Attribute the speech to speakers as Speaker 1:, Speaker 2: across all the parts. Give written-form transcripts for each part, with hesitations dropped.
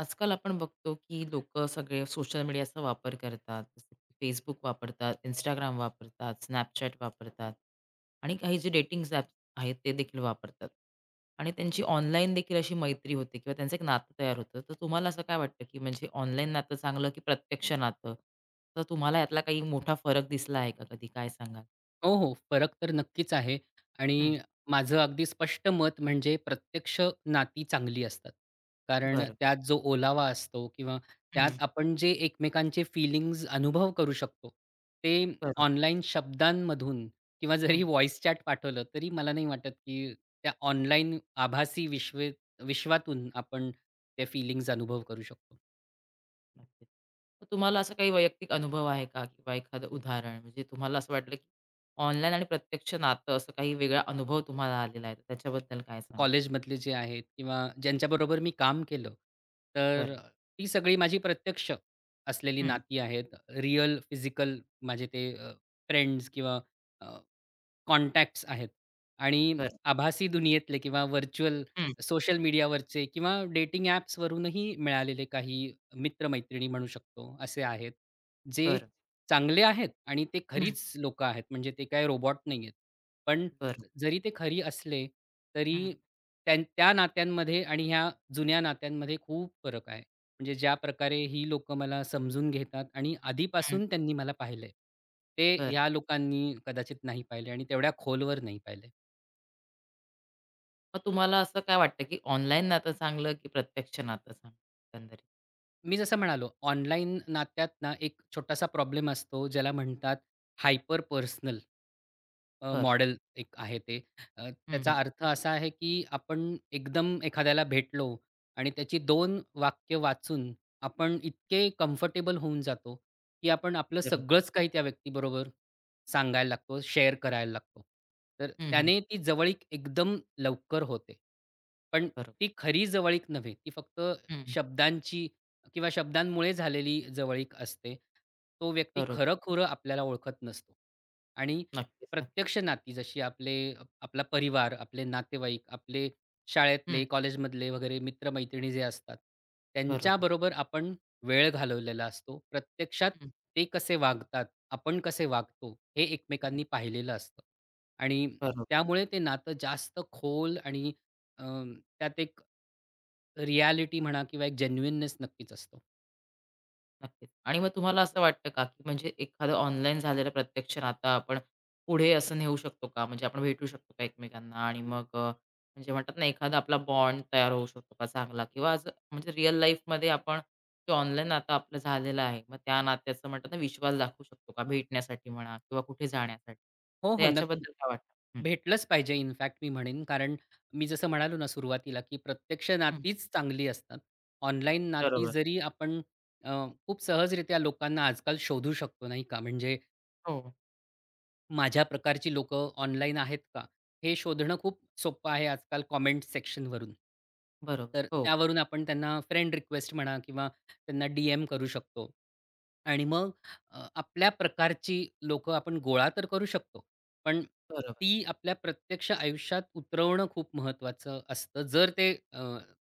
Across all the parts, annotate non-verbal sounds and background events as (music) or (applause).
Speaker 1: आजकाल आपण बघतो की लोक सगळे सोशल मीडियाचा वापर करतात. जसं की फेसबुक वापरतात, इंस्टाग्राम वापरतात, स्नॅपचॅट वापरतात आणि काही जे डेटिंग ॲप्स आहेत ते देखील वापरतात. आणि त्यांची ऑनलाईन देखील अशी मैत्री होते किंवा त्यांचं एक नातं तयार होतं. तर तुम्हाला असं काय वाटतं, की म्हणजे ऑनलाईन नातं चांगलं की प्रत्यक्ष नातं? तर तुम्हाला यातला काही मोठा फरक दिसला आहे का कधी? काय सांगाल?
Speaker 2: हो, हो. फरक तर नक्कीच आहे आणि
Speaker 1: हं,
Speaker 2: माझं अगदी स्पष्ट मत म्हणजे प्रत्यक्ष नाती चांगली असतात. कारण
Speaker 1: बरं.
Speaker 2: त्यात जो ओलावा असतो किंवा त्यात
Speaker 1: हं,
Speaker 2: आपण जे एकमेकांचे फीलिंग्ज अनुभव करू शकतो, ते
Speaker 1: बरोबर.
Speaker 2: ऑनलाईन शब्दांमधून किंवा जरी व्हॉईस चॅट पाठवलं, तरी मला नाही वाटत की त्या ऑनलाईन आभासी विश्वातून आपण ते फीलिंग्ज अनुभव करू शकतो.
Speaker 1: नक्कीच. मग तुम्हाला असा काही वैयक्तिक अनुभव आहे का, किंवा एखादं उदाहरण, म्हणजे तुम्हाला असं वाटलं की ऑनलाईन आणि प्रत्यक्ष नातं असं काही वेगळा अनुभव तुम्हाला आलेला आहे? तर त्याच्याबद्दल काय सांगा?
Speaker 2: कॉलेजमधले जे आहेत किंवा ज्यांच्याबरोबर मी काम केलं, तर
Speaker 1: बरं.
Speaker 2: ती सगळी माझी प्रत्यक्ष असलेली
Speaker 1: हं.
Speaker 2: नाती आहेत. रिअल फिजिकल माझे ते फ्रेंड्स किंवा कॉन्टॅक्ट्स आहेत आणि
Speaker 1: बरं.
Speaker 2: आभासी दुनियेतले किंवा व्हर्चुअल
Speaker 1: हं.
Speaker 2: सोशल मीडियावरचे किंवा डेटिंग ॲप्सवरूनही मिळालेले काही मित्र-मैत्रिणी म्हणू शकतो, असे आहेत. जे
Speaker 1: बरं.
Speaker 2: चांगले आहेत आणि ते
Speaker 1: हं.
Speaker 2: खरीच लोकं आहेत, म्हणजे ते काही रोबॉट नाही आहेत. पण
Speaker 1: बरं.
Speaker 2: जरी ते खरी असले,
Speaker 1: हं.
Speaker 2: तरी त्या नात्यांमध्ये आणि ह्या जुन्या नात्यांमध्ये खूप फरक आहे. म्हणजे ज्या प्रकारे ही लोकं मला समजून घेतात आणि
Speaker 1: हं.
Speaker 2: आधीपासून त्यांनी मला पाहिलंय, ते
Speaker 1: बरं.
Speaker 2: ह्या लोकांनी कदाचित नाही पाहिलंय आणि तेवढ्या खोलवर नाही पाहिलंय.
Speaker 1: मग तुम्हाला असं काय वाटतं, की ऑनलाईन नातं चांगलं की प्रत्यक्ष नातं चांगलं एकंदरीत?
Speaker 2: मी जसं म्हणालो, ऑनलाईन नात्यात ना एक छोटासा प्रॉब्लेम असतो, ज्याला म्हणतात हायपर पर्सनल.
Speaker 1: बरं.
Speaker 2: मॉडेल एक आहे ते.
Speaker 1: हं,
Speaker 2: त्याचा
Speaker 1: हं.
Speaker 2: अर्थ असा आहे, की आपण एकदम एखाद्याला भेटलो आणि त्याची दोन वाक्य वाचून आपण इतके कम्फर्टेबल होऊन जातो, की आपण आपलं
Speaker 1: बरं.
Speaker 2: सगळंच काही त्या व्यक्तीबरोबर सांगायला लागतो, शेअर करायला लागतो. तर
Speaker 1: हं, हं.
Speaker 2: त्याने ती जवळीक एकदम लवकर होते. पण
Speaker 1: बरोबर.
Speaker 2: ती खरी जवळीक नव्हे, ती फक्त
Speaker 1: हं, हं.
Speaker 2: शब्दांची किंवा शब्दांमुळे झालेली जवळीक असते. तो व्यक्ती
Speaker 1: बरोबर.
Speaker 2: खरं-खुरं आपल्याला ओळखत नसतो आणि
Speaker 1: नक्कीच, नक्कीच.
Speaker 2: प्रत्यक्ष नाती जशी आपला परिवार, आपले नातेवाईक, आपले शाळेतले,
Speaker 1: हं.
Speaker 2: कॉलेजमधले वगैरे मित्र-मैत्रिणी जे असतात,
Speaker 1: बरोबर.
Speaker 2: त्यांच्याबरोबर आपण वेळ घालवलेला असतो. प्रत्यक्षात
Speaker 1: हं,
Speaker 2: ते कसे वागतात, आपण कसे वागतो, हे
Speaker 1: हं.
Speaker 2: एकमेकांनी पाहिलेलं असतं. आणि
Speaker 1: बरोबर.
Speaker 2: त्यामुळे ते नातं जास्त खोल आणि अ, त्यात एक रिॲलिटी म्हणा किंवा एक जेन्युइननेस नक्कीच असतो.
Speaker 1: नक्कीच. आणि मग तुम्हाला असं वाटतं का, की म्हणजे एखादं ऑनलाईन झालेलं प्रत्यक्ष नातं आपण पुढे असं नेऊ शकतो का? म्हणजे आपण भेटू शकतो का एकमेकांना? आणि मग म्हणजे म्हणतात ना, एखादा आपला बॉन्ड तयार होऊ शकतो का चांगला? किंवा असं म्हणजे रिअल लाईफमध्ये आपण जे ऑनलाईन नातं आपलं झालेलं आहे, मग त्या नात्याचं म्हणतात ना, विश्वास दाखवू शकतो का भेटण्यासाठी म्हणा किंवा कुठे जाण्यासाठी?
Speaker 2: हो,
Speaker 1: तर
Speaker 2: हो. नक्की.
Speaker 1: याच्याबद्दल काय वाटतं? हं,
Speaker 2: भेटलंच पाहिजे इनफॅक्ट मी म्हणेन. कारण मी जसं म्हणालो ना सुरुवातीला, की प्रत्यक्ष
Speaker 1: हं.
Speaker 2: नातीच चांगली असतात. ऑनलाईन नाती
Speaker 1: बरोबर.
Speaker 2: जरी आपण अ, खूप सहजरित्या लोकांना आजकाल शोधू शकतो, नाही का? म्हणजे
Speaker 1: हो,
Speaker 2: माझ्या प्रकारची लोकं ऑनलाईन आहेत का? हे शोधणं खूप सोपं आहे आजकाल कमेंट सेक्शनवरून.
Speaker 1: बरोबर.
Speaker 2: तर
Speaker 1: हो,
Speaker 2: त्यावरून आपण त्यांना फ्रेंड रिक्वेस्ट म्हणा किंवा त्यांना डी-एम करू शकतो. आणि मग आपल्या प्रकारची लोकं आपण गोळा तर करू शकतो. पण
Speaker 1: बरोबर.
Speaker 2: ती आपल्या प्रत्यक्ष आयुष्यात उतरवणं खूप महत्त्वाचं असतं. जर ते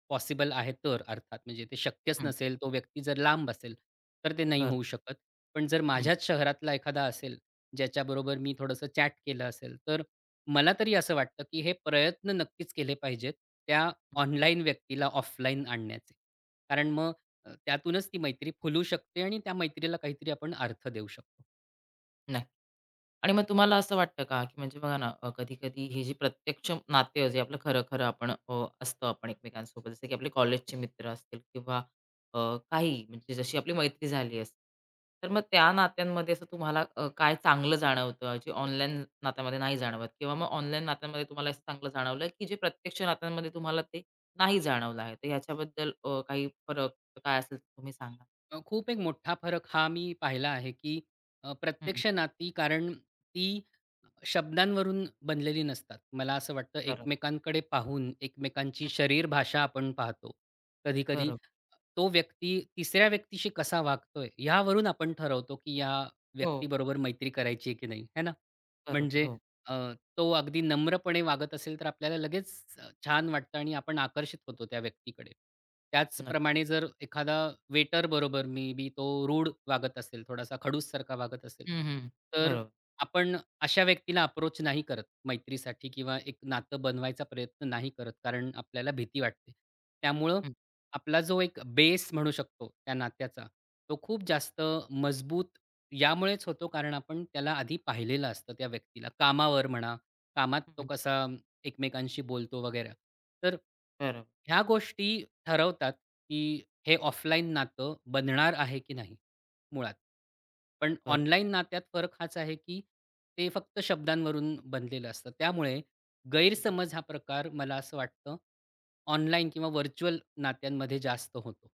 Speaker 2: पॉसिबल आहे तर अर्थात म्हणजे ते शक्यच
Speaker 1: हं,
Speaker 2: नसेल, तो व्यक्ती जर लांब असेल, तर ते नाही
Speaker 1: बरोबर.
Speaker 2: होऊ शकत. पण जर माझ्याच शहरातला एखादा असेल, ज्याच्याबरोबर मी थोडंसं चॅट केलं असेल. तर मला तरी असं वाटतं, की हे प्रयत्न नक्कीच केले पाहिजेत, त्या
Speaker 1: हं.
Speaker 2: ऑनलाईन व्यक्तीला ऑफलाईन आणण्याचे. कारण मग त्यातूनच ती मैत्री फुलू शकते आणि त्या मैत्रीला काहीतरी आपण अर्थ देऊ शकतो.
Speaker 1: नाही. आणि मग तुम्हाला असं वाटतं का, की म्हणजे बघा ना, कधी-कधी हे जे प्रत्यक्ष नाते, जे आपलं खरं-खरं आपण असतो आपण एकमेकांसोबत, जसं की आपले कॉलेजचे मित्र असतील, किंवा अ, काही म्हणजे जशी आपली मैत्री झाली असते. तर मग त्या नात्यांमध्ये असं तुम्हाला काय चांगलं जाणवतं, जे ऑनलाईन नात्यामध्ये नाही जाणवत, किंवा मग ऑनलाईन नात्यांमध्ये तुम्हाला असं चांगलं जाणवलं, की जे प्रत्यक्ष नात्यांमध्ये तुम्हाला ते नाही जाणवलं आहे? तर ह्याच्याबद्दल काही फरक काय असेल तर तुम्ही सांगा?
Speaker 2: खूप एक मोठा फरक हा मी पाहिला आहे, की
Speaker 1: हं,
Speaker 2: प्रत्यक्ष नाती कारण ती शब्दांवरून बनलेली नसतात. मला असं वाटतं
Speaker 1: बरोबर.
Speaker 2: एकमेकांकडे पाहून एकमेकांची
Speaker 1: हं,
Speaker 2: शरीर भाषा आपण पाहतो. कधी-कधी
Speaker 1: बरोबर.
Speaker 2: तो व्यक्ती तिसऱ्या व्यक्तीशी कसा वागतोय यावरून आपण ठरवतो, की या
Speaker 1: हो,
Speaker 2: व्यक्तीबरोबर मैत्री करायची आहे की नाही, है ना?
Speaker 1: बरोबर.
Speaker 2: म्हणजे
Speaker 1: हो,
Speaker 2: तो अगदी नम्रपणे वागत असेल तर आपल्याला लगेच छान वाटतं आणि आपण आकर्षित होतो त्या व्यक्तीकडे.
Speaker 1: नक्की.
Speaker 2: त्याचप्रमाणे जर एखादा वेटर बरोबर मी बी तो रूड वागत असेल, थोडासा खडूससारखा वागत असेल,
Speaker 1: हं, हं.
Speaker 2: तर
Speaker 1: बरोबर.
Speaker 2: आपण अशा व्यक्तीला अप्रोच नाही करत मैत्रीसाठी किंवा एक नातं बनवायचा प्रयत्न नाही करत, कारण आपल्याला भीती वाटते. त्यामुळं
Speaker 1: हं,
Speaker 2: आपला जो एक बेस म्हणू शकतो त्या नात्याचा, तो खूप जास्त मजबूत यामुळेच होतो कारण आपण त्याला आधी पाहिलेलं असतं त्या व्यक्तीला. कामावर म्हणा, कामात तो
Speaker 1: हं.
Speaker 2: कसा एकमेकांशी बोलतो वगैरे. तर
Speaker 1: बरोबर,
Speaker 2: ह्या गोष्टी ठरवतात, की हे ऑफलाईन नातं बनणार आहे की नाही मुळात. पण
Speaker 1: बरोबर.
Speaker 2: ऑनलाईन नात्यात फरक हाच आहे, की ते फक्त शब्दांवरून बनलेलं असतं. त्यामुळे
Speaker 1: हं,
Speaker 2: गैरसमज हा प्रकार मला असं वाटतं, ऑनलाईन किंवा व्हर्चुअल नात्यांमध्ये जास्त होतो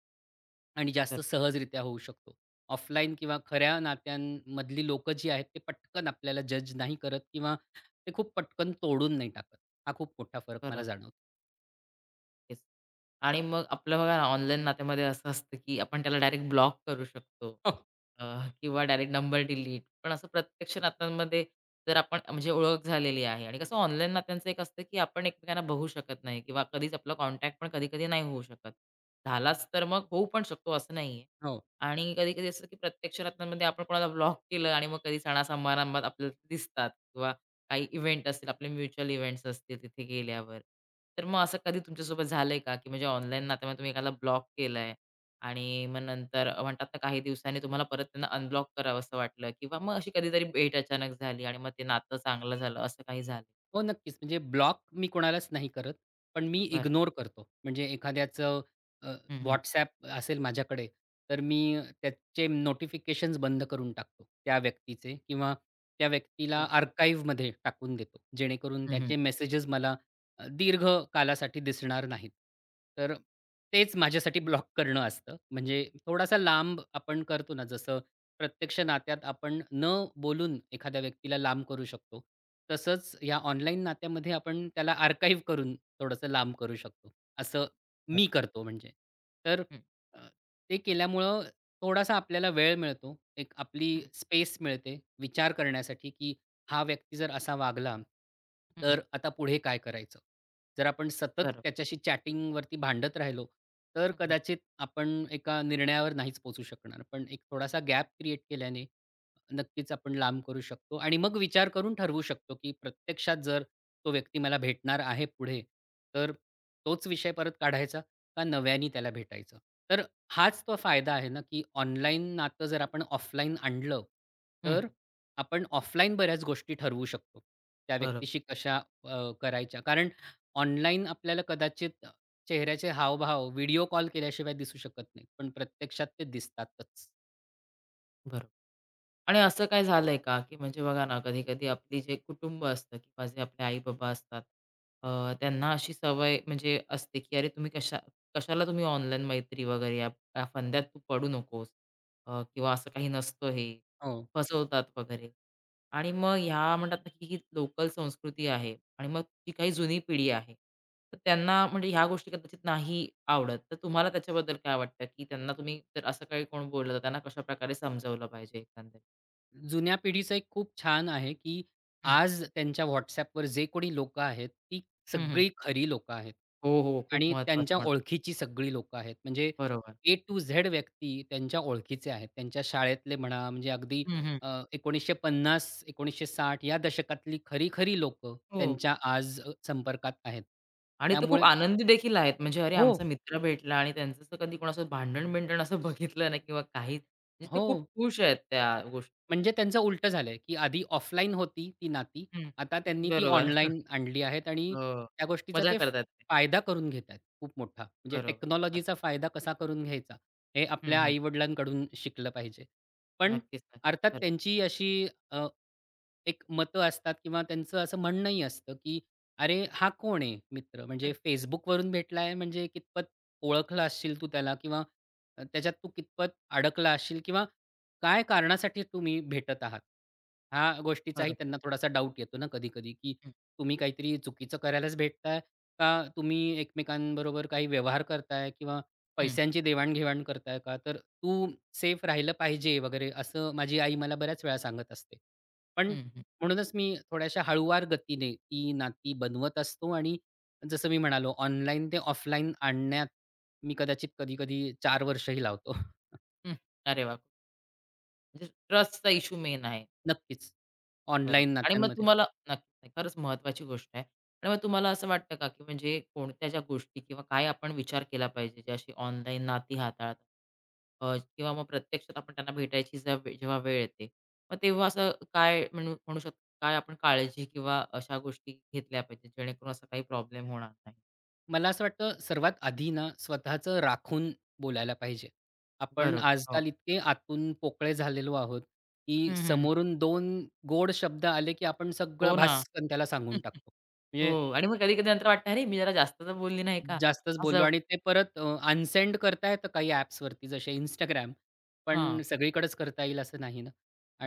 Speaker 2: आणि
Speaker 1: बरं,
Speaker 2: जास्त सहजरित्या होऊ शकतो. ऑफलाईन किंवा खऱ्या नात्यांमधली लोकं जी आहेत, ते पटकन आपल्याला जज नाही करत ते खूप पटकन तोडून नाही टाकत. हा खूप मोठा फरक मला
Speaker 1: बरोबर.
Speaker 2: जाणवतो.
Speaker 1: तेच. आणि मग आपलं बघा ना, ऑनलाईन नात्यामध्ये असं असतं, की आपण त्याला डायरेक्ट ब्लॉक करू शकतो,
Speaker 2: हो.
Speaker 1: अ, किंवा डायरेक्ट नंबर डिलीट. पण असं प्रत्यक्ष नात्यांमध्ये जर आपण म्हणजे ओळख झालेली आहे, आणि कसं ऑनलाईन नात्यांचं एक असतं, की आपण एकमेकांना बघू शकत नाही किंवा कधीच आपला कॉन्टॅक्ट पण कधी-कधी नाही होऊ शकत. झालाच तर मग होऊ पण शकतो असं नाहीये.
Speaker 2: हो.
Speaker 1: आणि कधी-कधी असं, की प्रत्यक्ष नात्यांमध्ये आपण कोणाला ब्लॉक केलं आणि मग कधी सणा-समारंभात आपल्याला दिसतात, किंवा काही इव्हेंट असतील, आपले म्युच्युअल इव्हेंट्स असतील तिथे गेल्यावर. तर मग असं कधी तुमच्यासोबत झालंय का, की म्हणजे ऑनलाईन नात्यामध्ये तुम्ही एकाला ब्लॉक केलंय आणि मग नंतर म्हणतात ना काही दिवसांनी तुम्हाला परत त्यांना अनब्लॉक करावंसं वाटलं, किंवा मग अशी कधीतरी भेट अचानक झाली आणि मग ते नातं चांगलं झालं, असं काही झालं?
Speaker 2: हो, नक्कीच. म्हणजे ब्लॉक मी कोणालाच नाही करत. पण मी
Speaker 1: बरं.
Speaker 2: इग्नोर करतो. म्हणजे एखाद्याचं अ,
Speaker 1: हं, हं.
Speaker 2: WhatsApp असेल माझ्याकडे, तर मी त्याचे नोटिफिकेशन्स बंद करून टाकतो त्या व्यक्तीचे किंवा त्या व्यक्तीला
Speaker 1: बरं.
Speaker 2: आर्काइव्हमध्ये टाकून देतो. जेणेकरून
Speaker 1: हं, हं.
Speaker 2: त्याचे मेसेजेस मला दीर्घ कालासाठी दिसणार नाहीत. तर तेच माझ्यासाठी ब्लॉक करणं असतं. म्हणजे थोडासा लांब आपण करतो ना जसं प्रत्यक्ष नात्यात आपण न बोलून एखाद्या व्यक्तीला लांब करू शकतो. तसंच या ऑनलाईन नात्यामध्ये आपण त्याला आर्काइव्ह करून थोडंसं लांब करू शकतो. असं
Speaker 1: बरं.
Speaker 2: मी करतो म्हणजे. तर
Speaker 1: हं,
Speaker 2: अ, ते केल्यामुळं थोडासा आपल्याला वेळ मिळतो. एक आपली
Speaker 1: हं.
Speaker 2: स्पेस मिळते विचार करण्यासाठी, की हा व्यक्ती जर असा वागला,
Speaker 1: हं, हं.
Speaker 2: तर आता पुढे काय करायचं? जर आपण सतत
Speaker 1: बरोबर.
Speaker 2: त्याच्याशी चॅटिंगवरती भांडत राहिलो, तर
Speaker 1: हं, हं.
Speaker 2: कदाचित आपण एका निर्णयावर नाहीच पोहोचू शकणार. पण एक थोडासा गॅप क्रिएट केल्याने नक्कीच आपण लांब करू शकतो आणि मग विचार करून ठरवू शकतो, की प्रत्यक्षात जर तो व्यक्ती मला भेटणार आहे पुढे, तर तोच विषय परत काढायचा का नव्याने त्याला भेटायचं? तर हाच तो फायदा आहे ना, की ऑनलाईन नातं जर आपण ऑफलाईन आणलं,
Speaker 1: हं, हं.
Speaker 2: तर आपण ऑफलाईन बऱ्याच गोष्टी ठरवू शकतो. त्या
Speaker 1: बरोबर,
Speaker 2: व्यक्तीशी कशा करायच्या. कारण ऑनलाईन आपल्याला कदाचित चेहऱ्याचे हावभाव व्हिडिओ कॉल केल्याशिवाय दिसू शकत नाहीत. पण प्रत्यक्षात ते दिसतातच.
Speaker 1: बरोबर. आणि असं काय झालंय का, की म्हणजे बघा ना, कधी-कधी आपली जे कुटुंब असतं किंवा जे आपले आई-बाबा असतात, त्यांना अशी सवय म्हणजे असते, की "अरे, तुम्ही कशाला तुम्ही ऑनलाईन मैत्री वगैरे या या फंद्यात तू पडू नकोस." किंवा "असं काही नसतं हे."
Speaker 2: हो.
Speaker 1: फसवतात वगैरे. आणि मग ह्या म्हणतात ना, की ही लोकल संस्कृती आहे, आणि मग जी काही जुनी पिढी आहे, तर त्यांना म्हणजे ह्या गोष्टी कदाचित नाही आवडत. तर तुम्हाला त्याच्याबद्दल काय वाटतं, की त्यांना तुम्ही जर असं काही कोण बोललं, तर त्यांना कशाप्रकारे समजावलं पाहिजे एकंदरीत?
Speaker 2: जुन्या पिढीचं एक खूप छान आहे, की
Speaker 1: हं,
Speaker 2: आज त्यांच्या WhatsAppवर जे कोणी लोकं आहेत, ती
Speaker 1: हं, हं.
Speaker 2: सगळी खरी लोकं आहेत.
Speaker 1: हो, हो. खूप
Speaker 2: आणि
Speaker 1: महत्वाचं
Speaker 2: त्यांच्या
Speaker 1: पण.
Speaker 2: ओळखीची सगळी लोकं आहेत. म्हणजे
Speaker 1: बरोबर.
Speaker 2: ए टू झेड व्यक्ती त्यांच्या ओळखीचे आहेत. त्यांच्या शाळेतले म्हणा, म्हणजे अगदी
Speaker 1: हं, हं.
Speaker 2: 1950-1960 या दशकातली खरी-खरी लोकं
Speaker 1: हो.
Speaker 2: त्यांच्या आज संपर्कात आहेत.
Speaker 1: आणि ते खूप
Speaker 2: त्यामुळे
Speaker 1: आनंदी देखील आहेत. म्हणजे अरे
Speaker 2: हो,
Speaker 1: आमचा मित्र भेटला, आणि त्यांचं असं कधी कोणासोबत भांडण-बिंडण असं (laughs) बघितलं नाही, किंवा काही म्हणजे ते
Speaker 2: हो.
Speaker 1: खूप खुश आहेत त्या गोष्टी.
Speaker 2: म्हणजे त्यांचं उलटं झालंय, की आधी ऑफलाईन होती ती नाती.
Speaker 1: हं.
Speaker 2: आता त्यांनी ती
Speaker 1: बरोबर.
Speaker 2: ऑनलाईन आणली आहेत आणि
Speaker 1: हो.
Speaker 2: त्या गोष्टीचा
Speaker 1: मजा
Speaker 2: ते
Speaker 1: करतात ते.
Speaker 2: फायदा करून घेत आहेत खूप मोठा. म्हणजे
Speaker 1: बरोबर. खरं.
Speaker 2: टेक्नॉलॉजीचा फायदा कसा करून घ्यायचा, हे
Speaker 1: हं,
Speaker 2: आपल्या
Speaker 1: हं.
Speaker 2: आई-वडिलांकडून शिकलं पाहिजे. पण
Speaker 1: नक्कीच, नक्कीच.
Speaker 2: अर्थात
Speaker 1: खरं.
Speaker 2: त्यांची अशी अ, एक मतं असतात किंवा त्यांचं असं म्हणणंही असतं, की "अरे, हा कोण आहे मित्र? म्हणजे
Speaker 1: हं.
Speaker 2: Facebookवरून भेटलाय म्हणजे कितपत ओळखला असशील तू त्याला किंवा त्याच्यात तू कितपत अडकला असशील किंवा काय कारणासाठी तुम्ही भेटत आहात? ह्या गोष्टीचाही
Speaker 1: बरोबर.
Speaker 2: त्यांना थोडासा
Speaker 1: हं,
Speaker 2: डाऊट येतो ना कधी-कधी, की
Speaker 1: हं.
Speaker 2: तुम्ही काहीतरी चुकीचं करायलाच भेटताय का तुम्ही एकमेकांबरोबर काही व्यवहार करताय किंवा
Speaker 1: हं,
Speaker 2: पैशांची देवाण-घेवाण करताय का? तर तू सेफ राहिलं पाहिजे वगैरे असं माझी आई मला बऱ्याच वेळा सांगत असते. पण
Speaker 1: हं, हं.
Speaker 2: म्हणूनच मी थोड्याशा हळूवार गतीने ती नाती बनवत असतो आणि जसं मी म्हणालो ऑनलाईन ते ऑफलाईन आणण्यात मी कदाचित कधी-कधी 4 वर्षही लावतो. (laughs)
Speaker 1: हं. अरे वाह! म्हणजे ट्रस्टचा इश्यू मेन आहे.
Speaker 2: नक्कीच
Speaker 1: बरोबर.
Speaker 2: ऑनलाईन
Speaker 1: आणि मग
Speaker 2: नात्यांमध्ये.
Speaker 1: तुम्हाला नक्की, नाही, खरंच महत्त्वाची गोष्ट आहे. आणि मग तुम्हाला असं वाटतं का, की म्हणजे कोणत्या ज्या गोष्टी किंवा काय आपण विचार केला पाहिजे, जे अशी ऑनलाईन नाती हाताळतात, किंवा मग प्रत्यक्षात आपण त्यांना भेटायची जेव्हा वेळ येते, मग तेव्हा असं काय म्हणू म्हणू शकतो, काय आपण काळजी किंवा अशा गोष्टी घेतल्या पाहिजेत, जेणेकरून असा काही प्रॉब्लेम होणार नाही?
Speaker 2: मला असं वाटतं सर्वात आधी ना स्वतःचं राखून बोलायला पाहिजे. आपण
Speaker 1: बरोबर. हो.
Speaker 2: आजकाल इतके आतून पोकळे झालेलो आहोत,
Speaker 1: हं,
Speaker 2: की
Speaker 1: हं, हं.
Speaker 2: समोरून दोन गोड शब्द आले, की आपण सगळं
Speaker 1: हो ना.
Speaker 2: भास्कन त्याला सांगून
Speaker 1: (laughs)
Speaker 2: टाकतो. म्हणजे
Speaker 1: हो. आणि मग कधी-कधी नंतर वाटतं, "अरे, मी जरा जास्त तर बोलली नाही का?"
Speaker 2: जास्तच बोललो
Speaker 1: असं
Speaker 2: आणि ते परत अनसेंड करता येतं काही ॲप्सवरती जसे Instagram. पण
Speaker 1: हां.
Speaker 2: सगळीकडेच करता येईल असं नाही ना.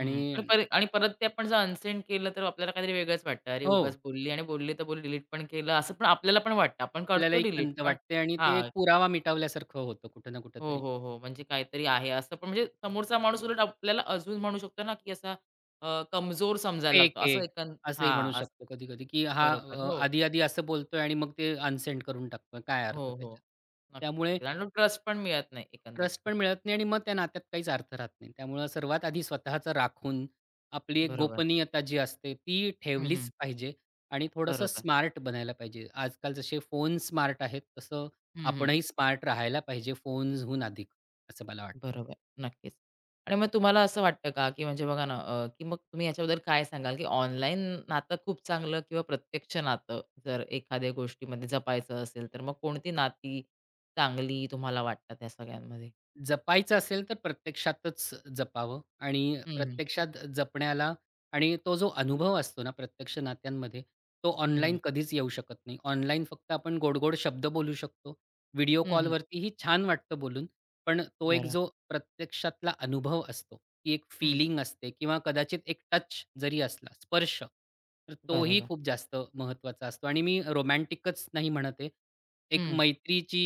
Speaker 1: हं. आणि परत आणि परत ते आपण जर अनसेंड केलं तर आपल्याला काहीतरी वेगळंच वाटतं. अरे, उगाच
Speaker 2: हो,
Speaker 1: बोलली, आणि बोलली तर बोलली, डिलीट पण केलं असं पण आपल्याला पण वाटतं. आपण करतो
Speaker 2: आपल्यालाही
Speaker 1: डिलीट
Speaker 2: खंत
Speaker 1: पण.
Speaker 2: वाटते आणि ते
Speaker 1: हां.
Speaker 2: एक पुरावा मिटवल्यासारखं होतं कुठं ना
Speaker 1: हो,
Speaker 2: कुठेतरी.
Speaker 1: हो, हो. म्हणजे काहीतरी आहे असं पण, म्हणजे समोरचा माणूस उलट आपल्याला अजून म्हणू शकतो ना, की असा कमजोर समजायला
Speaker 2: फेक
Speaker 1: लागतो. असं
Speaker 2: आहे,
Speaker 1: एकं
Speaker 2: असंही म्हणू
Speaker 1: हां, असं
Speaker 2: शकतो कधी-कधी, की हा
Speaker 1: बरोबर. हो,
Speaker 2: आधी-आधी असं बोलतोय आणि मग ते अनसेंड करून टाकतोय. काय
Speaker 1: हो,
Speaker 2: अर्थ
Speaker 1: हो.
Speaker 2: त्याच्यात?
Speaker 1: नक्कीच.
Speaker 2: त्यामुळे
Speaker 1: नक्कीच. आणि ट्रस्ट पण मिळत नाही एकंदरीत
Speaker 2: ट्रस्ट पण
Speaker 1: कुठे.
Speaker 2: मिळत नाही आणि मग त्या नात्यात काहीच अर्थ राहत नाही. त्यामुळे सर्वात आधी स्वतःचं राखून, आपली एक
Speaker 1: बरोबर.
Speaker 2: गोपनीयता जी असते, ती
Speaker 1: हं, हं.
Speaker 2: ठेवलीच पाहिजे आणि थोडंसं
Speaker 1: बरोबर.
Speaker 2: स्मार्ट बनायला पाहिजे. आजकाल जसे फोन स्मार्ट आहेत, तसं
Speaker 1: हं, हं.
Speaker 2: आपणही स्मार्ट राहायला पाहिजे फोन्सहून अधिक, असं मला वाटतं.
Speaker 1: बरोबर, नक्कीच. आणि मग तुम्हाला असं वाटतं का, की म्हणजे बघा ना, की मग तुम्ही याच्याबद्दल काय सांगाल, की ऑनलाईन नातं खूप चांगलं, किंवा प्रत्यक्ष नातं जर एखाद्या गोष्टीमध्ये जपायचं असेल, तर मग कोणती नाती चांगली तुम्हाला वाटतात या सगळ्यांमध्ये?
Speaker 2: जपायचं असेल तर प्रत्यक्षातच जपावं आणि
Speaker 1: हं, हं.
Speaker 2: प्रत्यक्षात जपण्याला आणि तो जो अनुभव असतो ना प्रत्यक्ष नात्यांमध्ये, तो
Speaker 1: हं, हं.
Speaker 2: ऑनलाईन कधीच येऊ शकत नाही. ऑनलाईन फक्त आपण गोड शब्द बोलू शकतो. व्हिडिओ
Speaker 1: हं,
Speaker 2: कॉलवरतीही छान वाटतं बोलून, पण तो एक
Speaker 1: बरं.
Speaker 2: जो प्रत्यक्षातला अनुभव असतो, ती एक
Speaker 1: हं.
Speaker 2: फीलिंग असते किंवा कदाचित एक टच जरी असला, स्पर्श, तर तोही
Speaker 1: बरोबर.
Speaker 2: खूप जास्त महत्त्वाचा असतो आणि मी रोमॅन्टिकच नाही म्हणत आहे. एक
Speaker 1: हं.
Speaker 2: मैत्रीची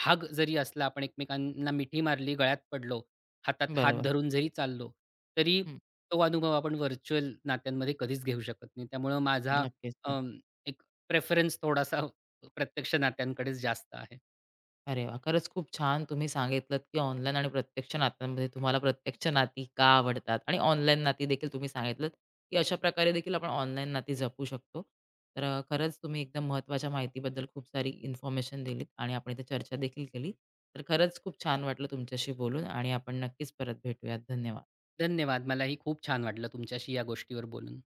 Speaker 2: हाग जरी असला, आपण एकमेकांना मिठी मारली, गळ्यात पडलो, हातात हात
Speaker 1: बरोबर.
Speaker 2: धरून जरी चाललो, तरी
Speaker 1: हं.
Speaker 2: तो अनुभव आपण व्हर्चुअल नात्यांमध्ये कधीच घेऊ शकत नाही. त्यामुळं माझा
Speaker 1: नक्कीच.
Speaker 2: अं, एक प्रेफरन्स थोडासा प्रत्यक्ष नात्यांकडेच जास्त आहे.
Speaker 1: अरे वाह! खरंच खूप छान तुम्ही सांगितलत, की ऑनलाईन आणि प्रत्यक्ष नात्यांमध्ये तुम्हाला प्रत्यक्ष नाती का आवडतात, आणि ऑनलाईन नाती देखील तुम्ही सांगितलत, की अशा प्रकारे देखील आपण ऑनलाईन नाती जपू शकतो. तर खरंच तुम्ही एकदम महत्त्वाच्या माहितीबद्दल खूप सारी इन्फॉर्मेशन दिलीत, आणि आपण इथे चर्चा देखील केली. तर खरंच खूप छान वाटलं तुमच्याशी बोलून, आणि आपण नक्कीच परत भेटूयात. धन्यवाद.
Speaker 2: धन्यवाद. मलाही खूप छान वाटलं तुमच्याशी या गोष्टीवर बोलून.